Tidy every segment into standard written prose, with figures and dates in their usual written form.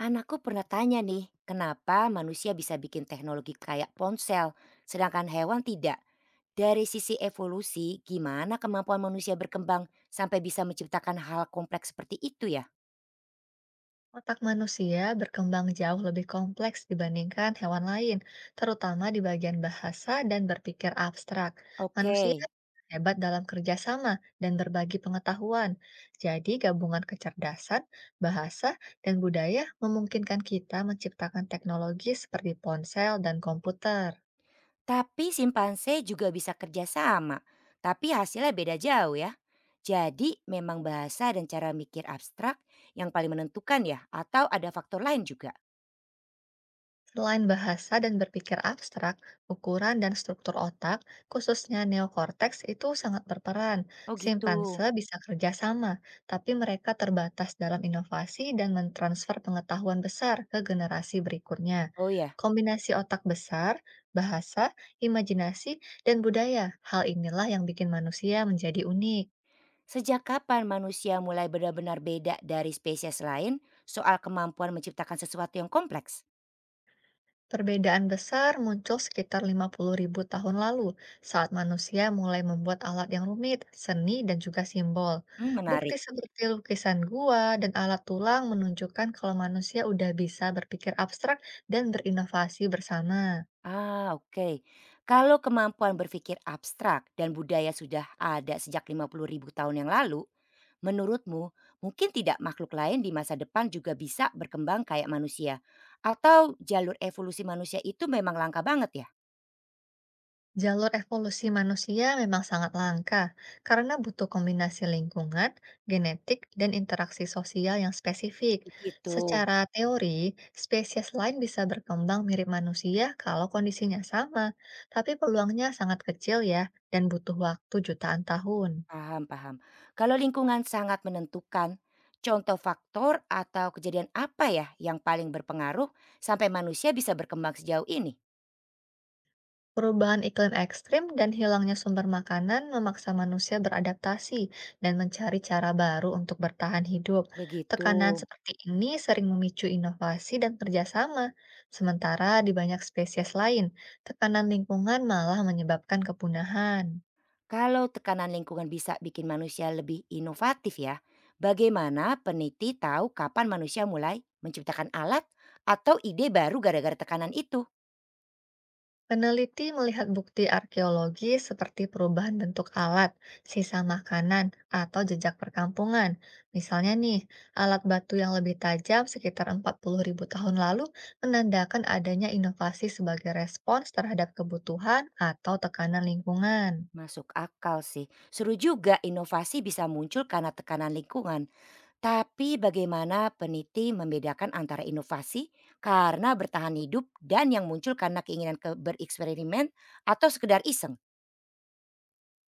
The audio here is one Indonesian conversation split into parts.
Anakku pernah tanya nih, kenapa manusia bisa bikin teknologi kayak ponsel, sedangkan hewan tidak? Dari sisi evolusi, gimana kemampuan manusia berkembang sampai bisa menciptakan hal kompleks seperti itu ya? Otak manusia berkembang jauh lebih kompleks dibandingkan hewan lain, terutama di bagian bahasa dan berpikir abstrak. Oke, Manusia hebat dalam kerjasama dan berbagi pengetahuan. Jadi, gabungan kecerdasan, bahasa, dan budaya memungkinkan kita menciptakan teknologi seperti ponsel dan komputer. tapi simpanse juga bisa kerja sama, tapi hasilnya beda jauh ya. Jadi memang bahasa dan cara mikir abstrak yang paling menentukan ya, atau ada faktor lain juga? Selain bahasa dan berpikir abstrak, ukuran dan struktur otak, khususnya neokorteks, itu sangat berperan. Oh gitu, Simpanse bisa kerja sama, tapi mereka terbatas dalam inovasi dan mentransfer pengetahuan besar ke generasi berikutnya. oh ya. Kombinasi otak besar, bahasa, imajinasi, dan budaya, hal inilah yang bikin manusia menjadi unik. Sejak kapan manusia mulai benar-benar beda dari spesies lain soal kemampuan menciptakan sesuatu yang kompleks? Perbedaan besar muncul sekitar 50.000 tahun lalu saat manusia mulai membuat alat yang rumit, seni, dan juga simbol. Bukti Menarik. seperti lukisan gua dan alat tulang menunjukkan kalau manusia udah bisa berpikir abstrak dan berinovasi bersama. Ah, oke. Kalau kemampuan berpikir abstrak dan budaya sudah ada sejak 50.000 tahun yang lalu, menurutmu mungkin tidak makhluk lain di masa depan juga bisa berkembang kayak manusia? Atau jalur evolusi manusia itu memang langka banget ya? Jalur evolusi manusia memang sangat langka karena butuh kombinasi lingkungan, genetik, dan interaksi sosial yang spesifik. Begitu. Secara teori, spesies lain bisa berkembang mirip manusia kalau kondisinya sama, tapi peluangnya sangat kecil ya, dan butuh waktu jutaan tahun. Paham, paham. Kalau lingkungan sangat menentukan, contoh faktor atau kejadian apa ya yang paling berpengaruh sampai manusia bisa berkembang sejauh ini? Perubahan iklim ekstrim dan hilangnya sumber makanan memaksa manusia beradaptasi dan mencari cara baru untuk bertahan hidup. Begitu. Tekanan seperti ini sering memicu inovasi dan kerjasama, sementara di banyak spesies lain, tekanan lingkungan malah menyebabkan kepunahan. Kalau tekanan lingkungan bisa bikin manusia lebih inovatif ya, bagaimana peneliti tahu kapan manusia mulai menciptakan alat atau ide baru gara-gara tekanan itu? Peneliti melihat bukti arkeologi seperti perubahan bentuk alat, sisa makanan, atau jejak perkampungan. Misalnya nih, alat batu yang lebih tajam sekitar 40.000 tahun lalu menandakan adanya inovasi sebagai respons terhadap kebutuhan atau tekanan lingkungan. Masuk akal sih. Seru juga inovasi bisa muncul karena tekanan lingkungan. Tapi bagaimana peneliti membedakan antara inovasi karena bertahan hidup dan yang muncul karena keinginan ke bereksperimen atau sekedar iseng?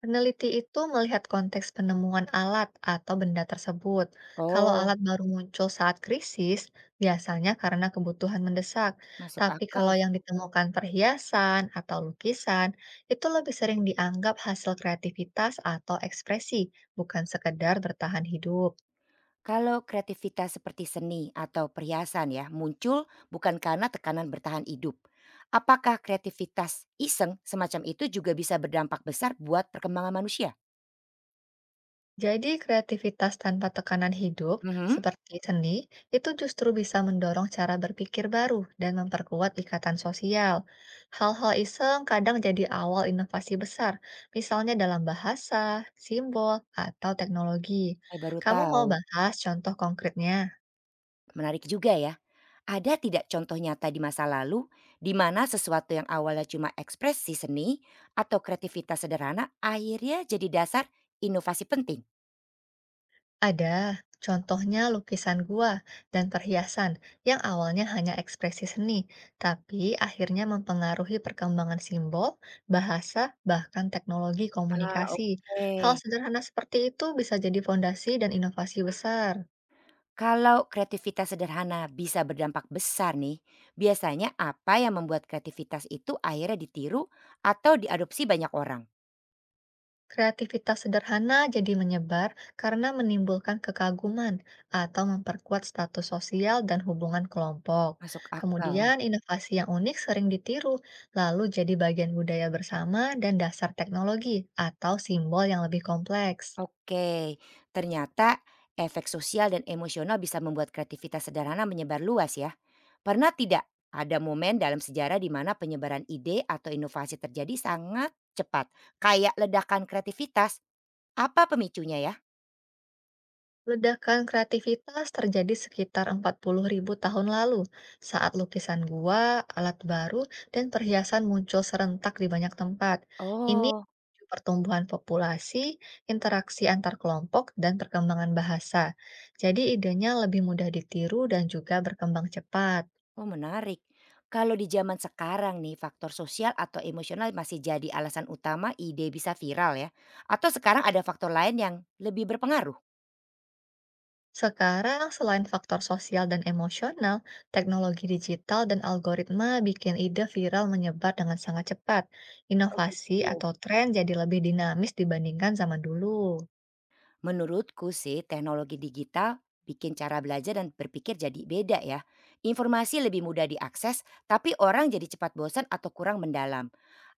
Peneliti itu melihat konteks penemuan alat atau benda tersebut. Kalau Oh, alat baru muncul saat krisis, biasanya karena kebutuhan mendesak. masuk Tapi akal kalau yang sih. ditemukan perhiasan atau lukisan, itu lebih sering dianggap hasil kreativitas atau ekspresi, bukan sekedar bertahan hidup. Kalau kreativitas seperti seni atau perhiasan ya muncul bukan karena tekanan bertahan hidup. Apakah kreativitas iseng semacam itu juga bisa berdampak besar buat perkembangan manusia? Jadi, kreativitas tanpa tekanan hidup, Mhm, seperti seni, itu justru bisa mendorong cara berpikir baru dan memperkuat ikatan sosial. Hal-hal iseng kadang jadi awal inovasi besar, misalnya dalam bahasa, simbol, atau teknologi. saya baru Kamu mau tahu. bahas contoh konkretnya? Menarik juga ya. Ada tidak contoh nyata di masa lalu, di mana sesuatu yang awalnya cuma ekspresi seni atau kreativitas sederhana akhirnya jadi dasar inovasi penting? Ada, contohnya lukisan gua dan perhiasan yang awalnya hanya ekspresi seni, tapi akhirnya mempengaruhi perkembangan simbol, bahasa, bahkan teknologi Ah, komunikasi. oke. Hal sederhana seperti itu bisa jadi fondasi dan inovasi besar. Kalau kreativitas sederhana bisa berdampak besar nih, biasanya apa yang membuat kreativitas itu akhirnya ditiru atau diadopsi banyak orang? Kreativitas sederhana jadi menyebar karena menimbulkan kekaguman atau memperkuat status sosial dan hubungan kelompok. Masuk akal. Kemudian, inovasi yang unik sering ditiru, lalu jadi bagian budaya bersama dan dasar teknologi atau simbol yang lebih kompleks. Oke, ternyata efek sosial dan emosional bisa membuat kreativitas sederhana menyebar luas ya. Pernah tidak ada momen dalam sejarah di mana penyebaran ide atau inovasi terjadi sangat cepat, kayak ledakan kreativitas? Apa pemicunya ya? Ledakan kreativitas terjadi sekitar 40.000 tahun lalu, saat lukisan gua, alat baru, dan perhiasan muncul serentak di banyak tempat. Ini Oh, memicu pertumbuhan populasi, interaksi antar kelompok, dan perkembangan bahasa. Jadi idenya lebih mudah ditiru dan juga berkembang cepat. oh menarik. Kalau di zaman sekarang nih, faktor sosial atau emosional masih jadi alasan utama ide bisa viral ya? Atau sekarang ada faktor lain yang lebih berpengaruh? Sekarang, selain faktor sosial dan emosional, teknologi digital dan algoritma bikin ide viral menyebar dengan sangat cepat. Oh Inovasi gitu. atau tren jadi lebih dinamis dibandingkan zaman dulu. Menurutku sih teknologi digital bikin cara belajar dan berpikir jadi beda ya. Informasi lebih mudah diakses, tapi orang jadi cepat bosan atau kurang mendalam.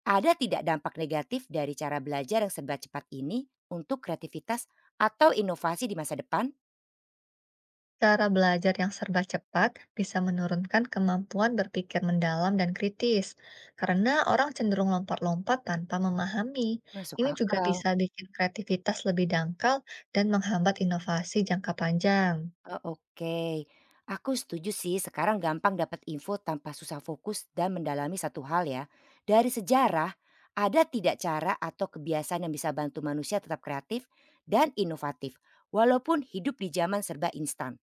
Ada tidak dampak negatif dari cara belajar yang serba cepat ini untuk kreativitas atau inovasi di masa depan? Cara belajar yang serba cepat bisa menurunkan kemampuan berpikir mendalam dan kritis, karena orang cenderung lompat-lompat tanpa memahami. Masuk Ini juga akal. bisa bikin kreativitas lebih dangkal dan menghambat inovasi jangka panjang. Oh, oke. Aku setuju sih sekarang gampang dapat info tanpa susah fokus dan mendalami satu hal ya. Dari sejarah, ada tidak cara atau kebiasaan yang bisa bantu manusia tetap kreatif dan inovatif walaupun hidup di zaman serba instan?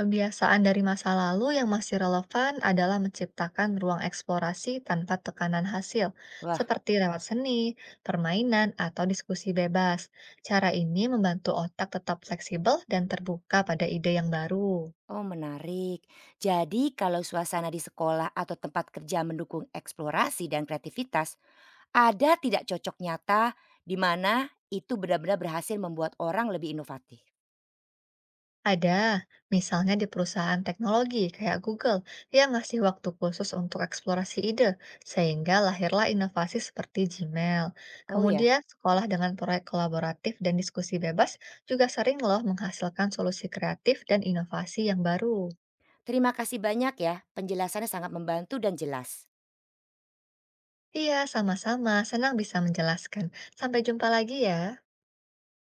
Kebiasaan dari masa lalu yang masih relevan adalah menciptakan ruang eksplorasi tanpa tekanan hasil, Wah, seperti lewat seni, permainan, atau diskusi bebas. Cara ini membantu otak tetap fleksibel dan terbuka pada ide yang baru. oh menarik. Jadi kalau suasana di sekolah atau tempat kerja mendukung eksplorasi dan kreativitas, ada tidak cocok nyata di mana itu benar-benar berhasil membuat orang lebih inovatif? Ada, misalnya di perusahaan teknologi kayak Google yang ngasih waktu khusus untuk eksplorasi ide, sehingga lahirlah inovasi seperti Gmail. Oh ya. Kemudian, sekolah dengan proyek kolaboratif dan diskusi bebas juga sering loh menghasilkan solusi kreatif dan inovasi yang baru. Terima kasih banyak ya, penjelasannya sangat membantu dan jelas. Iya, sama-sama. Senang bisa menjelaskan. Sampai jumpa lagi ya.